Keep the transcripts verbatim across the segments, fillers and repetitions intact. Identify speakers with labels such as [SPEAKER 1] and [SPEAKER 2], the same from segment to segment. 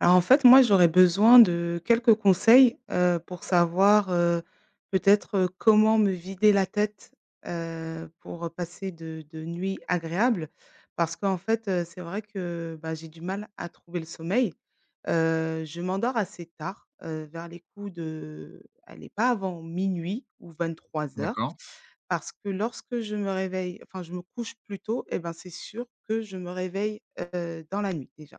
[SPEAKER 1] Alors en fait, moi, j'aurais besoin de quelques conseils, heu, pour savoir, heu, peut-être, heu, comment me vider la tête, heu, pour, passer de de nuits agréables. Parce qu'en fait, heu, c'est vrai que, bah, j'ai du mal à trouver le sommeil. Heu, je m'endors assez tard, heu, vers les coups de allez, pas avant minuit ou vingt-trois heures,
[SPEAKER 2] D'accord,
[SPEAKER 1] parce que lorsque je me réveille enfin, je me couche plus tôt et ben, c'est sûr que je me réveille, heu, dans la nuit déjà.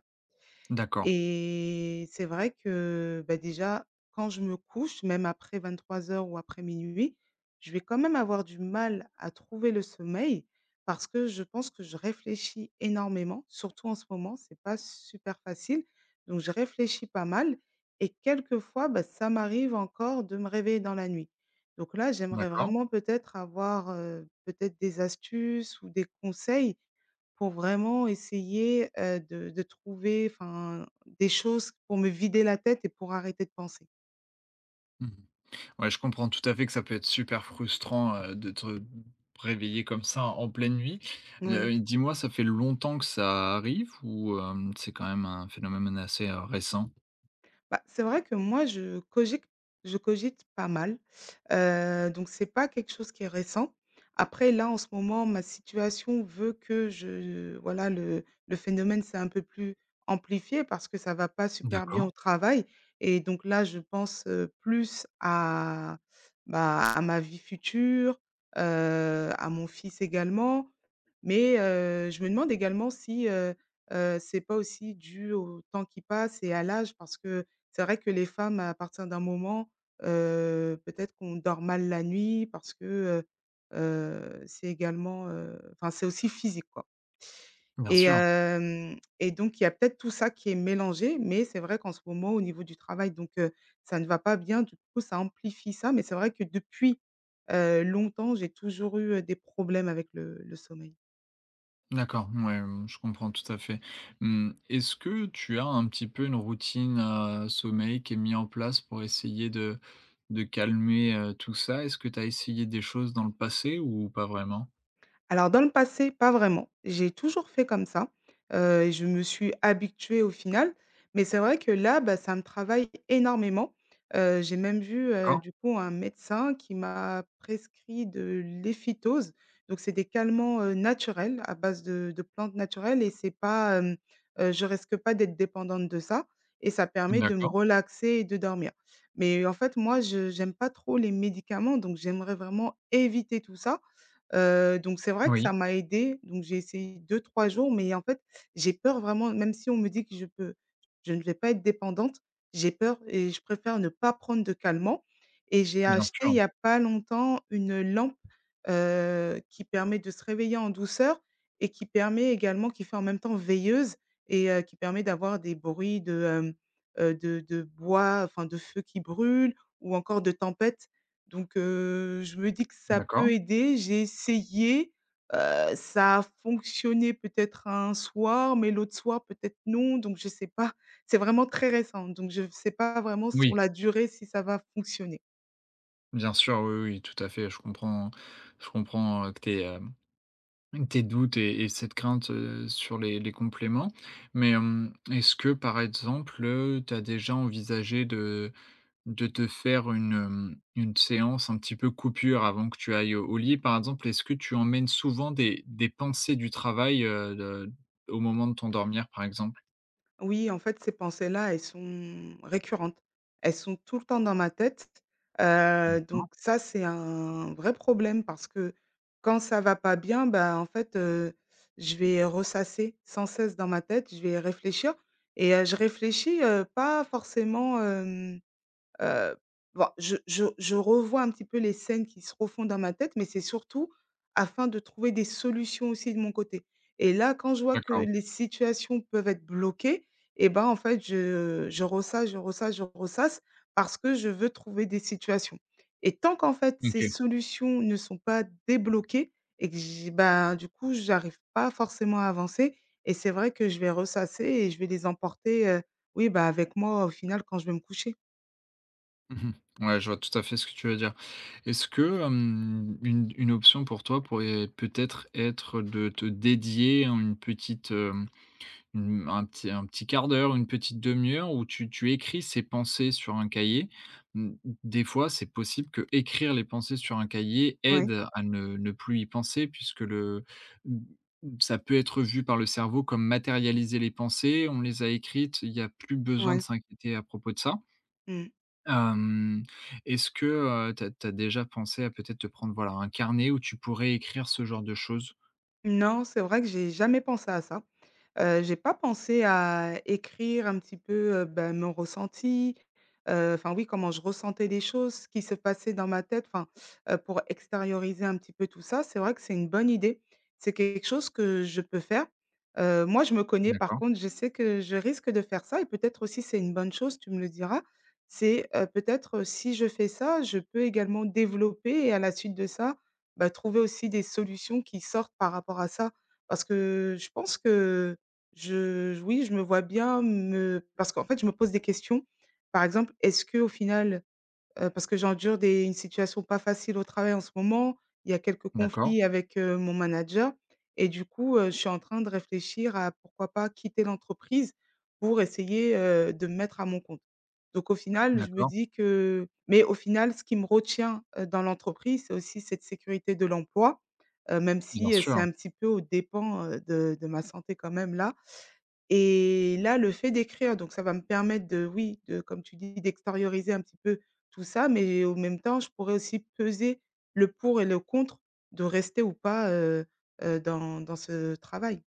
[SPEAKER 2] d'accord,
[SPEAKER 1] Et c'est vrai que, bah, déjà, quand je me couche, même après vingt-trois heures ou après minuit, je vais quand même avoir du mal à trouver le sommeil parce que je pense que je réfléchis énormément, surtout en ce moment, c'est pas super facile. Donc je réfléchis pas mal et quelquefois, bah, ça m'arrive encore de me réveiller dans la nuit. Donc là, j'aimerais
[SPEAKER 2] d'accord.
[SPEAKER 1] vraiment peut-être avoir, heu, peut-être des astuces ou des conseils pour vraiment essayer, heu, de de trouver, enfin, des choses pour me vider la tête et pour arrêter de penser.
[SPEAKER 2] Mmh. Ouais, je comprends tout à fait que ça peut être super frustrant, heu, de te réveiller comme ça en pleine nuit.
[SPEAKER 1] Oui.
[SPEAKER 2] Heu, dis-moi, ça fait longtemps que ça arrive ou, hem, c'est quand même un phénomène assez, heu, récent?
[SPEAKER 1] Bah, c'est vrai que moi, je cogite je cogite pas mal, heu, donc c'est pas quelque chose qui est récent. Après là, en ce moment, ma situation veut que je voilà, le le phénomène s'est un peu plus amplifié parce que ça va pas super bien
[SPEAKER 2] D'accord,
[SPEAKER 1] au travail et donc là, je pense, heu, plus à, bah, à ma vie future, heu, à mon fils également. Mais, heu, je me demande également si, heu heu, c'est pas aussi dû au temps qui passe et à l'âge parce que c'est vrai que les femmes, à partir d'un moment, heu, peut-être qu'on dort mal la nuit parce que, heu heu, c'est également, heu, enfin, c'est aussi physique, quoi
[SPEAKER 2] bien
[SPEAKER 1] et
[SPEAKER 2] sûr.
[SPEAKER 1] hem et donc il y a peut-être tout ça qui est mélangé, mais c'est vrai qu'en ce moment, au niveau du travail, donc heu, ça ne va pas bien, du coup, ça amplifie ça, mais c'est vrai que depuis, heu, longtemps, j'ai toujours eu, heu, des problèmes avec le le sommeil.
[SPEAKER 2] D'accord, ouais, mmh, je comprends tout à fait. Mmh, est-ce que tu as un petit peu une routine, heu, sommeil qui est mise en place pour essayer de de calmer, heu, tout ça? Est-ce que tu as essayé des choses dans le passé ou pas vraiment?
[SPEAKER 1] Alors dans le passé, pas vraiment. J'ai toujours fait comme ça, heu et je me suis habituée au final, mais c'est vrai que là, bah, ça me travaille énormément. Heu, j'ai même vu, heu,
[SPEAKER 2] D'accord,
[SPEAKER 1] du coup un médecin qui m'a prescrit de l'héphytose. Donc c'est des calmants, heu, naturels à base de de plantes naturelles et c'est pas, hem, heu, je risque pas d'être dépendante de ça et ça permet de me
[SPEAKER 2] d'accord.
[SPEAKER 1] relaxer et de dormir. Mais en fait, moi, je j'aime pas trop les médicaments, donc j'aimerais vraiment éviter tout ça. Heu, donc c'est vrai que ça
[SPEAKER 2] Oui,
[SPEAKER 1] m'a aidé. Donc j'ai essayé deux trois jours, mais en fait, j'ai peur vraiment, même si on me dit que je peux je ne vais pas être dépendante, j'ai peur et je préfère ne pas prendre de calmant et j'ai
[SPEAKER 2] bien
[SPEAKER 1] acheté
[SPEAKER 2] sûr.
[SPEAKER 1] il y a pas longtemps une lampe, heu, qui permet de se réveiller en douceur et qui permet également qui fait en même temps veilleuse et heu, qui permet d'avoir des bruits de, hem, heu, de de bois, enfin de feu qui brûle ou encore de tempête. Donc heu, je me dis que ça
[SPEAKER 2] D'accord.
[SPEAKER 1] peut aider. J'ai essayé, heu, ça a fonctionné peut-être un soir, mais l'autre soir peut-être non, donc je sais pas. C'est vraiment très récent, donc je sais pas vraiment
[SPEAKER 2] Oui,
[SPEAKER 1] sur la durée si ça va fonctionner.
[SPEAKER 2] bien sûr, oui, oui, tout à fait. Je comprends, je comprends, heu, que tes, hem, tes doutes et et cette crainte, heu, sur les les compléments. Mais, hem, est-ce que, par exemple, heu, tu as déjà envisagé de de te faire une, hem, une séance un petit peu coupure avant que tu ailles au au lit, par exemple? Est-ce que tu emmènes souvent des des pensées du travail, heu, de au moment de t'endormir, par exemple?
[SPEAKER 1] Oui, en fait, ces pensées-là, elles sont récurrentes. Elles sont tout le temps dans ma tête. Heu, donc
[SPEAKER 2] D'accord.
[SPEAKER 1] ça, c'est un vrai problème parce que quand ça va pas bien, bah, en fait, heu, je vais ressasser sans cesse dans ma tête, je vais réfléchir et heu, je réfléchis, heu, pas forcément, hem Heu, bon, je je je revois un petit peu les scènes qui se refont dans ma tête, mais c'est surtout afin de trouver des solutions aussi de mon côté et là, quand je vois que
[SPEAKER 2] D'accord.
[SPEAKER 1] les situations peuvent être bloquées et ben, en fait, je je ressasse, je ressasse, je ressasse parce que je veux trouver des situations et tant qu'en fait, ces
[SPEAKER 2] OK.
[SPEAKER 1] solutions ne sont pas débloquées et que j'ai ben, du coup, j'arrive pas forcément à avancer et c'est vrai que je vais ressasser et je vais les emporter, heu, oui, bah, avec moi au final quand je vais me coucher.
[SPEAKER 2] Mmh. Ouais, je vois tout à fait ce que tu veux dire. Est-ce que, hem, une une option pour toi pourrait peut-être être de te dédier en une petite, hem, une un petit un petit quart d'heure, une petite demi-heure où tu tu écris ces pensées sur un cahier? Mmh, des fois, c'est possible que écrire les pensées sur un cahier
[SPEAKER 1] Ouais.
[SPEAKER 2] aide à ne ne plus y penser puisque le mmh, ça peut être vu par le cerveau comme matérialiser les pensées, on les a écrites, il n'y a plus besoin de
[SPEAKER 1] Ouais.
[SPEAKER 2] s'inquiéter à propos de ça.
[SPEAKER 1] Mmh.
[SPEAKER 2] Hem, est-ce que, heu, tu as déjà pensé à peut-être te prendre, voilà, un carnet où tu pourrais écrire ce genre de choses?
[SPEAKER 1] Non, c'est vrai que j'ai jamais pensé à ça. Heu, j'ai pas pensé à écrire un petit peu, heu, bah, mon ressenti, heu, enfin oui, comment je ressentais les choses, ce qui se passait dans ma tête, enfin, heu, pour extérioriser un petit peu tout ça. C'est vrai que c'est une bonne idée. C'est quelque chose que je peux faire. Heu, moi, je me connais par
[SPEAKER 2] D'accord,
[SPEAKER 1] contre, je sais que je risque de faire ça et peut-être aussi c'est une bonne chose, tu me le diras. C'est, heu, peut-être, heu, si je fais ça, je peux également développer et à la suite de ça, bah, trouver aussi des solutions qui sortent par rapport à ça. Parce que je pense que je je oui, je me vois bien me parce qu'en fait, je me pose des questions. Par exemple, est-ce que au final, heu, parce que j'endure des une situation pas facile au travail en ce moment, il y a quelques
[SPEAKER 2] d'accord,
[SPEAKER 1] conflits avec, heu, mon manager et du coup, heu, je suis en train de réfléchir à pourquoi pas quitter l'entreprise pour essayer, heu, de me mettre à mon compte. Donc au final, je me
[SPEAKER 2] d'accord,
[SPEAKER 1] dis que mais au final, ce qui me retient, heu, dans l'entreprise, c'est aussi cette sécurité de l'emploi, heu, même
[SPEAKER 2] bien
[SPEAKER 1] si, heu, c'est
[SPEAKER 2] sûr.
[SPEAKER 1] un petit peu au dépens, heu, de de ma santé quand même là. Et là, le fait d'écrire, donc ça va me permettre de oui, de comme tu dis, d'extérioriser un petit peu tout ça, mais au même temps, je pourrais aussi peser le pour et le contre de rester ou pas, heu heu, dans dans ce travail.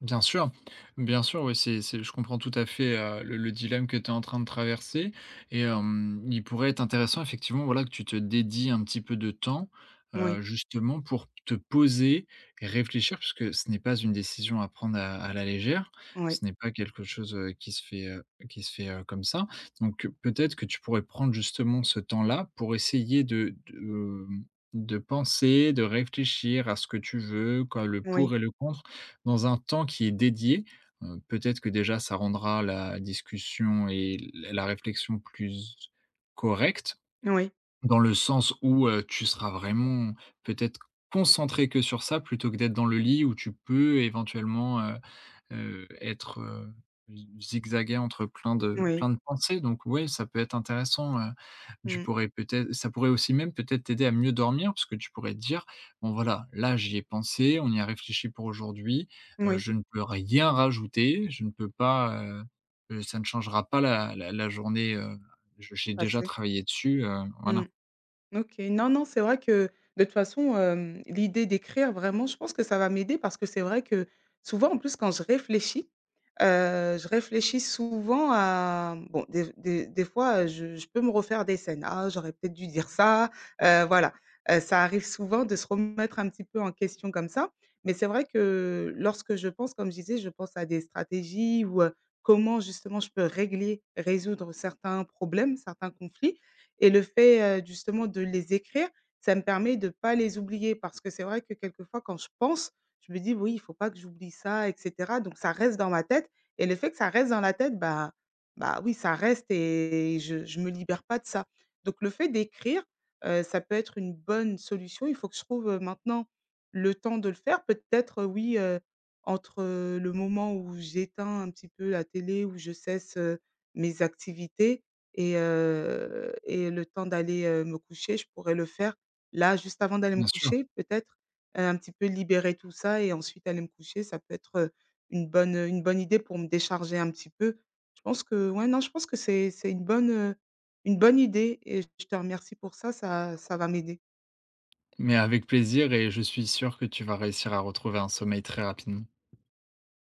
[SPEAKER 2] Bien sûr, bien sûr, ouais, c'est, c'est, je comprends tout à fait euh, le, le dilemme que tu es en train de traverser. Et euh, il pourrait être intéressant, effectivement, voilà, que tu te dédies un petit peu de temps,
[SPEAKER 1] Oui,
[SPEAKER 2] euh, justement, pour te poser et réfléchir, puisque ce n'est pas une décision à prendre à, à la légère.
[SPEAKER 1] oui,
[SPEAKER 2] Ce n'est pas quelque chose euh, qui se fait, euh, qui se fait euh, comme ça. Donc, peut-être que tu pourrais prendre justement ce temps-là pour essayer de, de de penser, de réfléchir à ce que tu veux, quoi, le pour
[SPEAKER 1] oui,
[SPEAKER 2] et le contre dans un temps qui est dédié, heu, peut-être que déjà ça rendra la discussion et la la réflexion plus correcte,
[SPEAKER 1] oui,
[SPEAKER 2] dans le sens où, heu, tu seras vraiment peut-être concentré que sur ça plutôt que d'être dans le lit où tu peux éventuellement, heu Heu, être, heu, zigzaguer entre plein de
[SPEAKER 1] oui,
[SPEAKER 2] plein de pensées donc ouais, ça peut être intéressant, heu, tu
[SPEAKER 1] mmh,
[SPEAKER 2] pourrais peut-être ça pourrait aussi même peut-être t'aider à mieux dormir parce que tu pourrais te dire: «Bon voilà, là j'y ai pensé, on y a réfléchi pour aujourd'hui, heu,
[SPEAKER 1] oui,
[SPEAKER 2] je ne peux rien rajouter, je ne peux pas, heu heu, ça ne changera pas la la la journée, heu, je j'ai déjà
[SPEAKER 1] Passer.
[SPEAKER 2] travaillé dessus», heu,
[SPEAKER 1] Mmh.
[SPEAKER 2] voilà.
[SPEAKER 1] OK. Non, non, c'est vrai que de toute façon, hem, l'idée d'écrire vraiment, je pense que ça va m'aider parce que c'est vrai que souvent, en plus, quand je réfléchis, heu, je réfléchis souvent à bon, des des des fois, heu, je je peux me refaire des scènes. «Ah, j'aurais peut-être dû dire ça», heu, voilà. Heu, ça arrive souvent de se remettre un petit peu en question comme ça. Mais c'est vrai que lorsque je pense, comme je disais, je pense à des stratégies ou, heu, comment justement je peux régler résoudre certains problèmes, certains conflits. Et le fait, heu, justement de les écrire, ça me permet de pas les oublier parce que c'est vrai que quelquefois quand je pense, je me dis: «Oui, il faut pas que j'oublie ça et cetera», donc ça reste dans ma tête et le fait que ça reste dans la tête, bah bah, oui, ça reste et je je me libère pas de ça. Donc le fait d'écrire, heu, ça peut être une bonne solution. Il faut que je trouve, heu, maintenant le temps de le faire. Peut-être, heu, oui, heu, entre, heu, le moment où j'éteins un petit peu la télé, où je cesse, heu, mes activités, et heu et le temps d'aller, heu, me coucher, je pourrais le faire là, juste avant d'aller me
[SPEAKER 2] Bien sûr,
[SPEAKER 1] coucher peut-être, heu, un petit peu libérer tout ça et ensuite aller me coucher. Ça peut être, heu, une bonne, une bonne idée pour me décharger un petit peu. Je pense que ouais, non, je pense que c'est c'est une bonne, heu, une bonne idée et je te remercie pour ça, ça ça va m'aider.
[SPEAKER 2] mais avec plaisir et je suis sûr que tu vas réussir à retrouver un sommeil très rapidement.